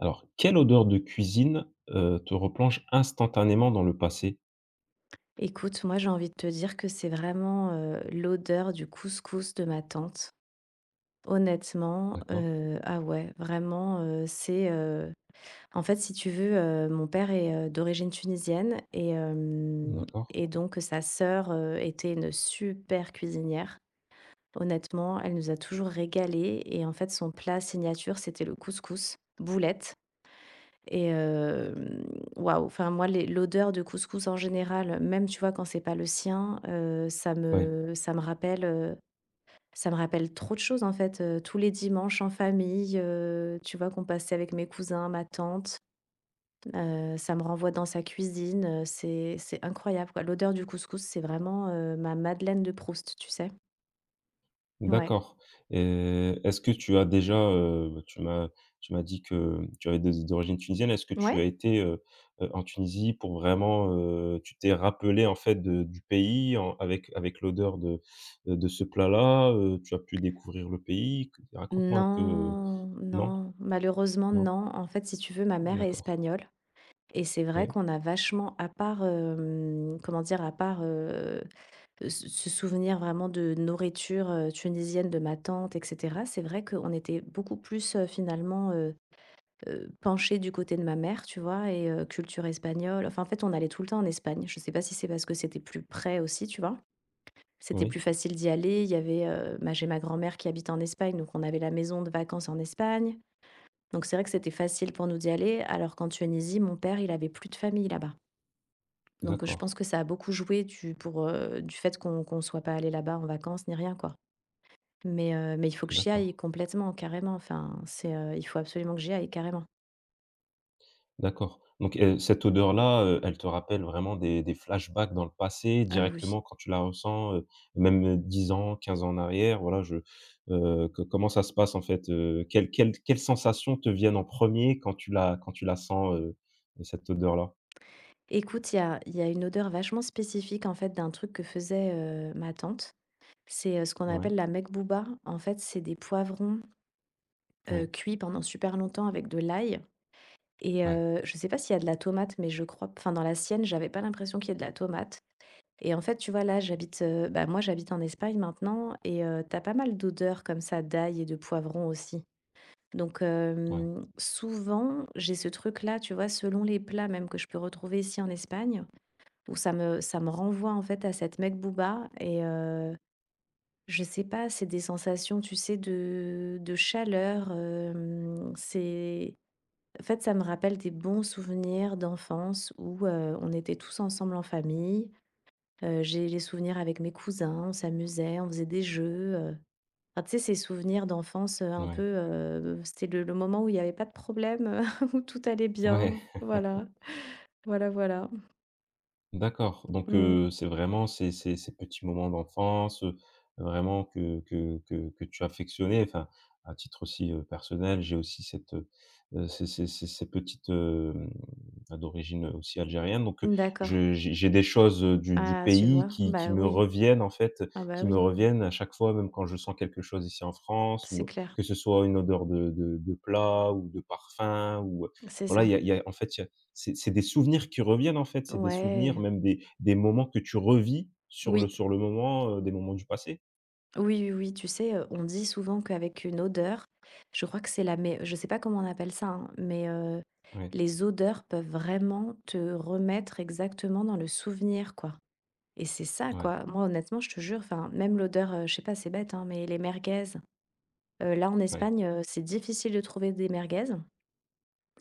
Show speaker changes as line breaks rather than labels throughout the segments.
Alors, quelle odeur de cuisine, te replonge instantanément dans le passé?
Écoute, moi, j'ai envie de te dire que c'est vraiment, l'odeur du couscous de ma tante. Honnêtement,
D'accord,
ah ouais, vraiment, en fait, si tu veux, mon père est, d'origine tunisienne et hem
d'accord,
et donc sa sœur, était une super cuisinière. Honnêtement, elle nous a toujours régalés et en fait, son plat signature, c'était le couscous, boulettes. Et hem, Waouh, enfin moi les l'odeur de couscous en général, même tu vois quand c'est pas le sien,
ouais,
ça me rappelle trop de choses en fait, tous les dimanches en famille, tu vois qu'on passait avec mes cousins, ma tante, ça me renvoie dans sa cuisine, c'est incroyable quoi. L'odeur du couscous, c'est vraiment, ma madeleine de Proust, tu sais? Ouais.
d'accord, et est-ce que tu as déjà, tu m'as dit que tu avais des origines tunisiennes. Est-ce que tu
Ouais.
as été, en Tunisie pour vraiment, tu t'es rappelé en fait de du pays en avec l'odeur de ce plat-là, tu as pu découvrir le pays? Raconte-moi un peu,
Non,
non?
non, malheureusement
Non?
non. En fait, si tu veux, ma mère est
D'accord,
espagnole. Et c'est vrai
oui,
qu'on a vachement, à part, comment dire? À part, ce souvenir vraiment de nourriture, tunisienne de ma tante et cetera, c'est vrai qu'on était beaucoup plus, finalement, penchés du côté de ma mère, tu vois? Et culture espagnole, enfin, en fait, on allait tout le temps en Espagne. Je sais pas si c'est parce que c'était plus près aussi, tu vois? C'était
oui,
plus facile d'y aller. Il y avait, ma j'ai ma grand-mère qui habite en Espagne, donc on avait la maison de vacances en Espagne. Donc c'est vrai que c'était facile pour nous d'y aller, alors qu'en Tunisie, mon père, il avait plus de famille là-bas. Donc, je pense
d'accord,
que ça a beaucoup joué du fait qu'on soit pas allé là-bas en vacances ni rien, quoi. Mais il faut que j'y
d'accord.
aille complètement, carrément, enfin, il faut absolument que j'y aille, carrément.
D'accord. Donc, cette odeur-là, elle te rappelle vraiment des flashbacks dans le passé
Ah oui.
directement quand tu la ressens, même, 10 ans, 15 ans en arrière, voilà, je co comment ça se passe en fait? Quelles sensations te viennent en premier quand tu la sens, cette odeur-là?
Écoute, il y a une odeur vachement spécifique, en fait, d'un truc que faisait, ma tante. C'est, ce qu'on
Ouais,
appelle la mekbouba. En fait, c'est des poivrons,
ouais,
cuits pendant super longtemps avec de l'ail et
ouais,
je sais pas s'il y a de la tomate, mais je crois enfin, dans la sienne, j'avais pas l'impression qu'il y ait de la tomate. Et en fait, tu vois, là, moi, j'habite en Espagne maintenant et tu pas mal d'odeurs comme ça d'ail et de poivron aussi. Donc
ouais,
hem, souvent, j'ai ce truc-là, tu vois, selon les plats même que je peux retrouver ici en Espagne, où ça me renvoie, en fait, à cette mekbouba et je sais pas, c'est des sensations, tu sais, de chaleur, hem, c'est en fait, ça me rappelle des bons souvenirs d'enfance où, on était tous ensemble en famille. J'ai les souvenirs avec mes cousins, on s'amusait, on faisait des jeux, enfin, tu sais, ces souvenirs d'enfance, un peu, c'était le moment où il n'y avait pas de problème, où tout allait
ouais, ouais.
bien. Voilà, voilà, voilà.
D'accord, donc
Mmh.
c'est vraiment ces petits moments d'enfance, vraiment que tu affectionnais, enfin, à titre aussi, personnel, j'ai aussi cette, ces petites, d'origine aussi algérienne, donc
D'accord.
je j'ai des choses, du
Ah, tu vois?
pays qui
Bah,
me
oui.
reviennent, en fait,
Ah, bah,
qui me
oui,
reviennent à chaque fois, même quand je sens quelque chose ici en France
c'est
ou
clair.
que ce soit une odeur de plat ou de parfum ou,
C'est
voilà,
ça.
il y a en fait, il y a c'est des souvenirs qui reviennent, en fait, c'est des souvenirs,
Ouais.
même des moments que tu revis
Oui.
sur le moment, des moments du passé.
Oui, oui, oui, tu sais, on dit souvent qu'avec une odeur, je crois que c'est la mais je sais pas comment on appelle ça, hein, mais
Ouais,
les odeurs peuvent vraiment te remettre exactement dans le souvenir, quoi et c'est ça,
ouais,
quoi. Moi, honnêtement, je te jure, enfin, même l'odeur, je sais pas, c'est bête, hein, mais les merguez, là, en
ouais.
Espagne, c'est difficile de trouver des merguez.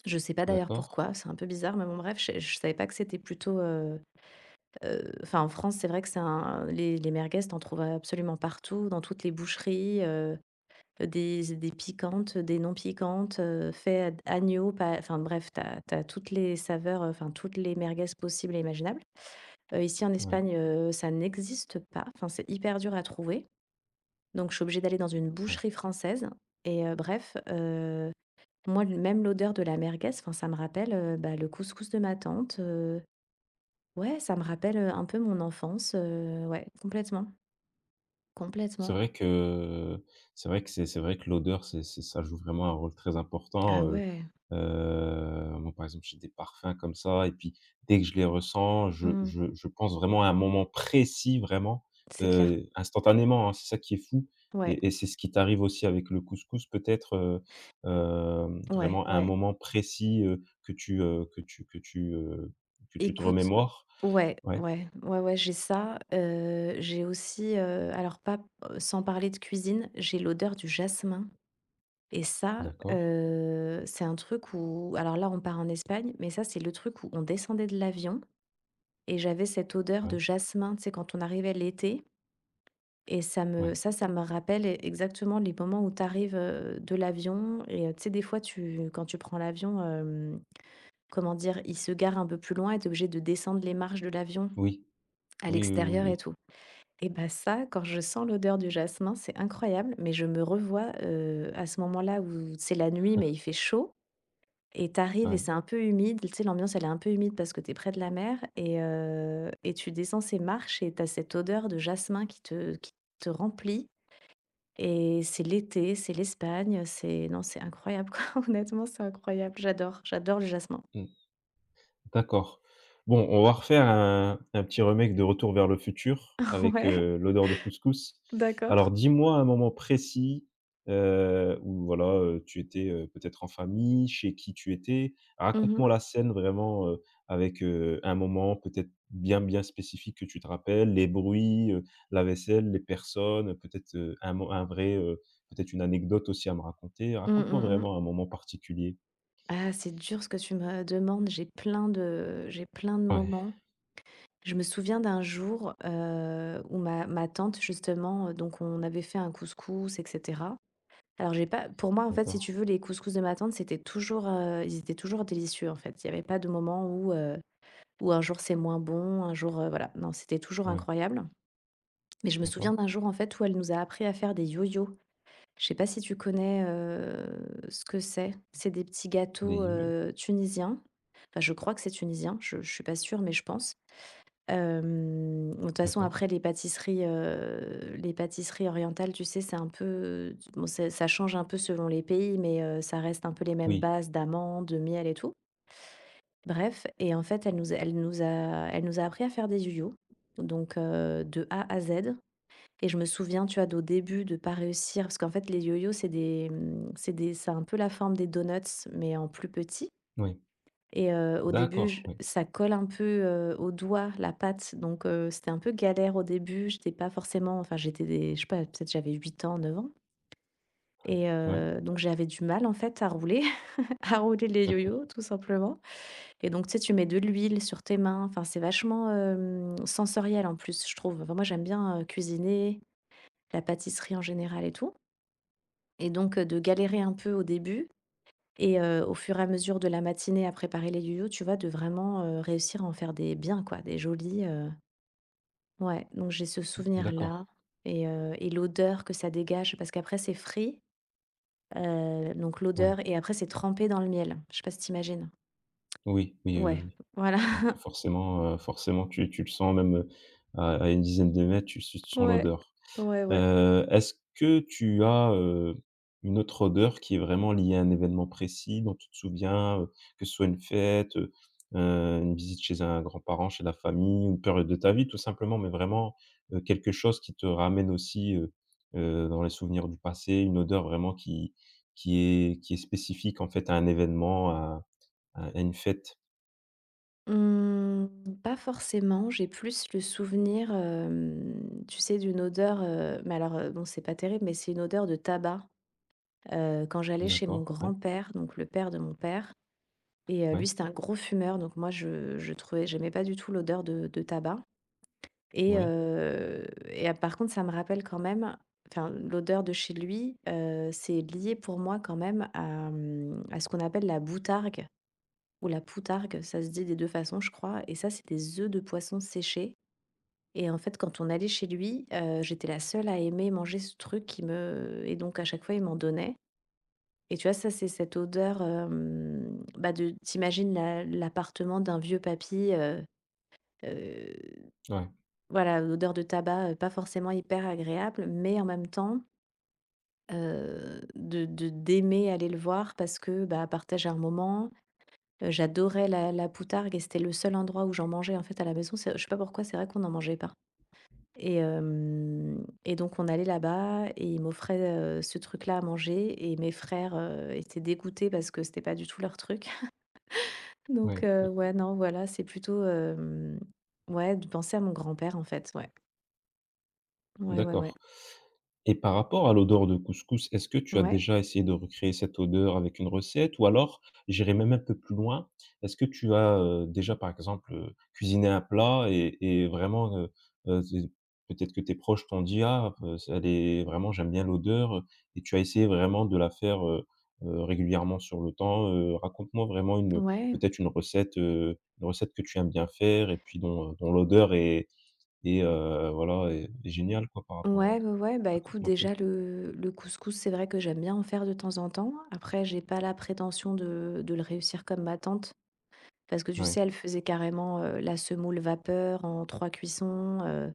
Je sais pas d'ailleurs
D'accord.
pourquoi, c'est un peu bizarre, mais bon, bref, je savais pas que c'était plutôt, enfin, en France, c'est vrai que c'est un les merguez, t'en trouves absolument partout, dans toutes les boucheries, des piquantes, des non piquantes, fait ad agneau, pas enfin bref, t'as toutes les saveurs, enfin toutes les merguez possibles et imaginables. Ici en
Ouais,
Espagne, ça n'existe pas, enfin c'est hyper dur à trouver, donc je suis obligée d'aller dans une
ouais.
boucherie française et, bref, moi l même l'odeur de la merguez, enfin ça me rappelle, bah, le couscous de ma tante, ouais, ça me rappelle, un peu mon enfance, ouais, complètement,
C'est
complètement.
vrai que c'est vrai que l'odeur, c'est ça joue vraiment un rôle très
Ah
important,
ouais,
moi, par exemple, j'ai des parfums comme ça et puis dès que je les ressens, je
mmh,
je je pense vraiment à un moment précis, vraiment,
c'est clair.
instantanément, hein, c'est ça qui est fou
Ouais,
et c'est ce qui t'arrive aussi avec le couscous peut-être,
ouais,
vraiment à un
ouais.
moment précis, que tu, que tu que tu, que tu te
Écoute.
remémores?
Ouais,
Ouais,
ouais, ouais, ouais, j'ai ça. J'ai aussi, alors pas, sans parler de cuisine, j'ai l'odeur du jasmin et ça,
d'accord,
c'est un truc où alors là, on part en Espagne, mais ça, c'est le truc où on descendait de l'avion et j'avais cette odeur de
ouais,
jasmin, tu sais, quand on arrivait l'été et ça me
ouais.
ça ça me rappelle e exactement les moments où tu arrives, de l'avion et tu sais, des fois, tu quand tu prends l'avion, comment dire? Il se gare un peu plus loin et tu obligé de descendre les marches de l'avion
Oui.
à
Oui, oui, oui, oui,
l'extérieur et
oui.
tout. Et bah, ça, quand je sens l'odeur du jasmin, c'est incroyable, mais je me revois, à ce moment-là où c'est la nuit, mais il fait chaud et t'arrives et
Ouais.
c'est un peu humide. Tu sais, l'ambiance, elle est un peu humide parce que t'es près de la mer et tu descends ces marches et t'as cette odeur de jasmin qui te remplit et c'est l'été, c'est l'Espagne, c'est non, c'est incroyable, quoi. Honnêtement, c'est incroyable. J'adore, j'adore le jasmin.
Mmh. D'accord. Bon, on va refaire un petit remake de Retour vers le futur avec,
Ouais,
l'odeur de couscous.
d'accord.
Alors dis-moi un moment précis, où voilà, tu étais, peut-être en famille, chez qui tu étais?
Mmh mh.
Raconte-moi la scène vraiment, avec, un moment peut-être bien, bien spécifique que tu te rappelles, les bruits, la vaisselle, les personnes, peut-être, un vrai, peut-être une anecdote aussi à me raconter.
Mmh,
Raconte-moi
mmh.
vraiment un moment particulier.
Ah, c'est dur ce que tu me demandes. J'ai plein de
Ouais,
moments. Je me souviens d'un jour, où ma tante justement, donc on avait fait un couscous et cetera. Alors j'ai pas pour moi, en fait, si
d'accord.
tu veux, les couscous de ma tante, ils étaient toujours délicieux, en fait. Il y avait pas de moment où un jour c'est moins bon, un jour, voilà. Non, c'était toujours
Ouais,
incroyable. Mais je me souviens
d'accord.
d'un jour, en fait, où elle nous a appris à faire des yo-yos. Je sais pas si tu connais, ce que c'est? C'est des petits gâteaux, tunisiens. Enfin, je crois que c'est tunisien, je suis pas sûre, mais je pense. De toute façon,
D'accord.
après les pâtisseries orientales, tu sais, c'est un peu bon, c'est ça change un peu selon les pays, mais ça reste un peu les mêmes
Oui,
bases d'amandes, de miel et tout. Bref et en fait, elle nous a appris à faire des yoyos, donc de A à Z. Et je me souviens, tu vois, d'au début, de pas réussir parce qu'en fait, les yo-yos, c'est des, mmh, c'est des ça a un peu la forme des donuts, mais en plus petit.
oui.
Et au début, je
D'accord, oui,
ça colle un peu, au doigt, la pâte, donc c'était un peu galère au début. J'étais pas forcément enfin, j'étais des je sais pas, peut-être j'avais 8 ans, 9 ans et
oui.
donc j'avais du mal, en fait, à rouler, à rouler les
Mmh.
yo-yos, tout simplement et donc tu sais, tu mets de l'huile sur tes mains, enfin, c'est vachement, sensoriel, en plus, je trouve. Enfin, moi, j'aime bien, cuisiner, la pâtisserie en général et tout. Et donc, de galérer un peu au début et au fur et à mesure de la matinée à préparer les yoyos, tu vois? De vraiment, réussir à en faire des biens, quoi, des jolis. Ouais, donc j'ai ce
D'accord.
souvenir-là et l'odeur que ça dégage parce qu'après c'est frit, donc
Ouais.
l'odeur et après c'est trempé dans le miel. Je sais pas si tu
Oui, oui, oui,
Ouais,
oui.
voilà.
Donc forcément, forcément tu le sens même, à une dizaine de mètres, tu sens
Ouais.
l'odeur.
Ouais, ouais.
Est-ce que tu as, une autre odeur qui est vraiment liée à un événement précis dont tu te souviens, que ce soit une fête, une visite chez un grand-parent, chez la famille, une période de ta vie tout simplement, mais vraiment, quelque chose qui te ramène aussi, dans les souvenirs du passé, une odeur vraiment qui est spécifique en fait à un événement, à une fête?
Mmh, pas forcément, j'ai plus le souvenir, tu sais, d'une odeur, mais alors, bon, c'est pas terrible, mais c'est une odeur de tabac. Quand j'allais chez mon
D'accord, ouais,
grand-père, donc le père de mon père. Et
ouais,
lui, c'était un gros fumeur, donc moi, je trouvais j'aimais pas du tout l'odeur de tabac et
oui,
par contre, ça me rappelle quand même enfin, l'odeur de chez lui, c'est lié pour moi quand même à, mmh, à ce qu'on appelle la boutargue ou la poutargue, ça se dit des 2 façons, je crois et ça, c'est des œufs de poisson séchés et en fait, quand on allait chez lui, j'étais la seule à aimer manger ce truc qui me et donc à chaque fois, il m'en donnait et tu vois, ça, c'est cette odeur, bah, de tu la l'appartement d'un vieux papy, heu,
ouais,
voilà, l'odeur de tabac, pas forcément hyper agréable, mais en même temps, de d'aimer aller le voir parce que, bah, partager un moment. J'adorais la poutargue et c'était le seul endroit où j'en mangeais, en fait, à la maison. C'est je sais pas pourquoi, c'est vrai qu'on n'en mangeait pas et donc on allait là-bas et ils m'offraient, ce truc-là à manger et mes frères, étaient dégoûtés parce que c'était pas du tout leur truc. Donc
ouais, mmh,
ouais, non, voilà, c'est plutôt, ouais, de penser à mon grand-père, en fait, ouais. Ouais, ouais, ouais.
d'accord. Et par rapport à l'odeur de couscous, est-ce que tu as
Ouais,
déjà essayé de recréer cette odeur avec une recette? Ou alors, j'irai même un peu plus loin, est-ce que tu as, déjà, par exemple, cuisiné un plat et vraiment, z peut-être que tes proches t'ont dit: «Ah, elle est vraiment j'aime bien l'odeur», et tu as essayé vraiment de la faire, régulièrement sur le temps? Raconte-moi vraiment une
ouais.
peut-être une recette que tu aimes bien faire et puis dont l'odeur voilà, est géniale, quoi, par rapport,
Ouais, ouais, ouais, bah, écoute,
raconte-moi un peu.
déjà le couscous, c'est vrai que j'aime bien en faire de temps en temps. Après, j'ai pas la prétention de le réussir comme ma tante, parce que tu
Ouais,
sais, elle faisait carrément, la semoule vapeur en 3 cuissons,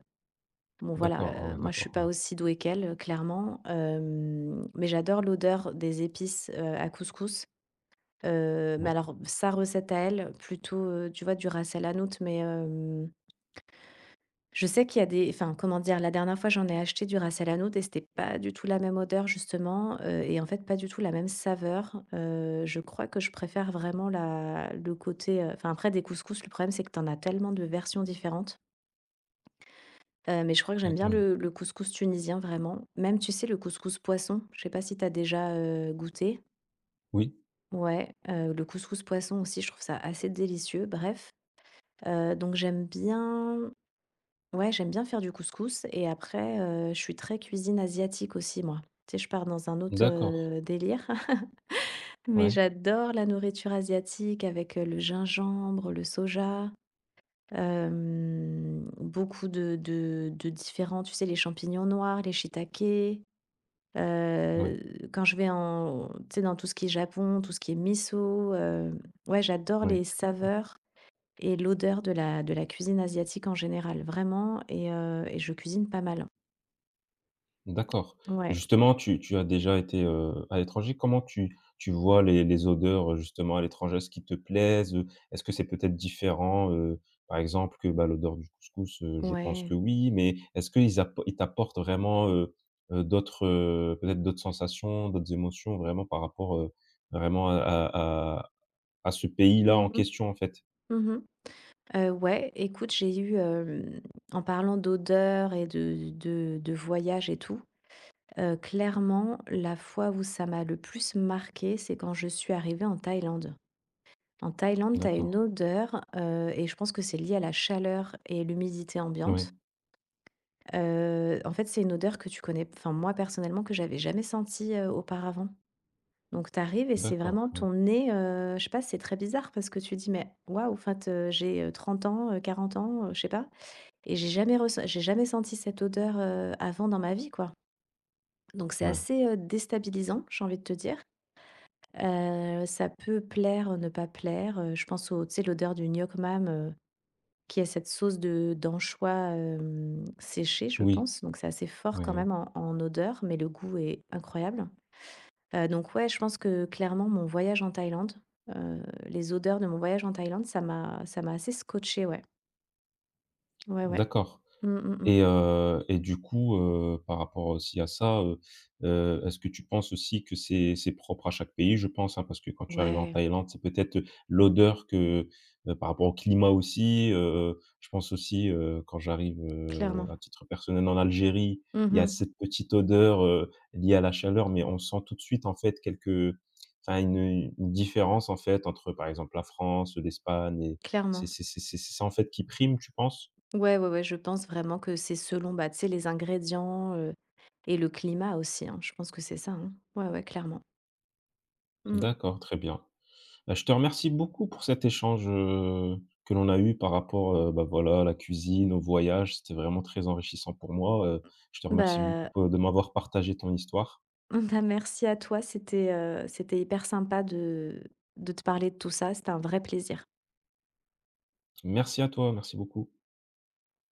bon,
d'accord, ah
voilà,
ouais,
moi, je suis
d'accord,
pas
ouais,
aussi douée qu'elle, clairement, mais j'adore l'odeur des épices, à couscous. Mais
ouais,
alors sa recette à elle, plutôt, tu vois, du ras el hanout, mais, je sais qu'il y a des enfin, comment dire? La dernière fois, j'en ai acheté du ras el hanout et c'était pas du tout la même odeur justement, et en fait, pas du tout la même saveur. Je crois que je préfère vraiment la le côté, enfin, après des couscous, le problème, c'est que t'en as tellement de versions différentes, mais je crois que j'aime
ouais,
bien
ouais.
le couscous tunisien vraiment. Même, tu sais, le couscous poisson, je sais pas si t'as déjà, goûté?
Oui,
Ouais, le couscous poisson aussi, je trouve ça assez délicieux. Bref, donc j'aime bien ouais, j'aime bien faire du couscous et après, je suis très cuisine asiatique aussi moi. Tu sais, je pars dans un autre,
d'accord,
délire, mais
ouais,
j'adore la nourriture asiatique avec, le gingembre, le soja, beaucoup de différents tu sais, les champignons noirs, les shiitakes,
ouais,
quand je vais en tu sais, dans tout ce qui est Japon, tout ce qui est miso, ouais, j'adore
ouais,
les saveurs et l'odeur de la cuisine asiatique en général, vraiment et je cuisine pas mal.
d'accord.
Ouais,
Justement, tu as déjà été, à l'étranger. Comment tu vois les odeurs, justement à l'étranger? Est-ce qu'ils te plaisent, Est-ce que c'est peut-être différent, par exemple, que, bah, l'odeur du couscous, je pense
ouais.
que oui, mais est-ce qu'ils appo ils t'apportent vraiment, d'autres, peut-être d'autres sensations, d'autres émotions vraiment par rapport, vraiment à ce pays-là
Mmh
en
mh.
question, en fait?
Mmh, ouais, écoute, j'ai eu, en parlant d'odeur et de voyage et tout, clairement, la fois où ça m'a le plus marqué, c'est quand je suis arrivée en Thaïlande. En Thaïlande, tu as
D'accord,
une odeur, et je pense que c'est lié à la chaleur et l'humidité
ouais.
ambiante. En fait, c'est une odeur que tu connais enfin, moi, personnellement, que j'avais jamais sentie, auparavant. Donc t'arrives et c'est vraiment
D'accord, ouais,
ton nez, je sais pas, c'est très bizarre parce que tu dis: «Mais waouh, en fait, j'ai, 30 ans, 40 ans, je sais pas et j'ai jamais senti cette odeur, avant dans ma vie, quoi. Donc c'est
ouais.
assez, déstabilisant, j'ai envie de te dire. Ça peut plaire, ne pas plaire, je pense au tu sais, l'odeur du gnoc mam, qui est cette sauce de d'anchois, séchés, je
Oui,
pense, donc c'est assez fort
oui,
quand
oui.
même en odeur, mais le goût est incroyable. Donc ouais, je pense que clairement mon voyage en Thaïlande, les odeurs de mon voyage en Thaïlande, ça m'a assez scotché ouais. Ouais, ouais.
D'accord.
Mmh, mmh mh.
Et du coup, par rapport aussi à ça, est-ce que tu penses aussi que c'est propre à chaque pays? Je pense, hein, parce que quand tu arrives en
Ouais,
Thaïlande, c'est peut-être l'odeur que, par rapport au climat aussi, je pense aussi, quand j'arrive,
clairement.
à titre personnel en Algérie, il y a
Mmh.
cette petite odeur, liée à la chaleur, mais on sent tout de suite, en fait, quelques enfin une différence, en fait, entre, par exemple, la France, l'Espagne et
Clairement.
c'est ça, en fait, qui prime, tu penses?
Ouais, ouais, ouais, je pense vraiment que c'est selon, bah, tu sais, les ingrédients, et le climat aussi, hein. Je pense que c'est ça, hein. Ouais, ouais, clairement. Mmh.
D'accord, très bien. Bah, je te remercie beaucoup pour cet échange, que l'on a eu par rapport, bah, voilà, à la cuisine, au voyage. C'était vraiment très enrichissant pour moi. Je te remercie beaucoup,
Bah,
de m'avoir partagé ton histoire.
bah, merci à toi, c'était, c'était hyper sympa de te parler de tout ça, c'était un vrai plaisir.
Merci à toi, merci beaucoup.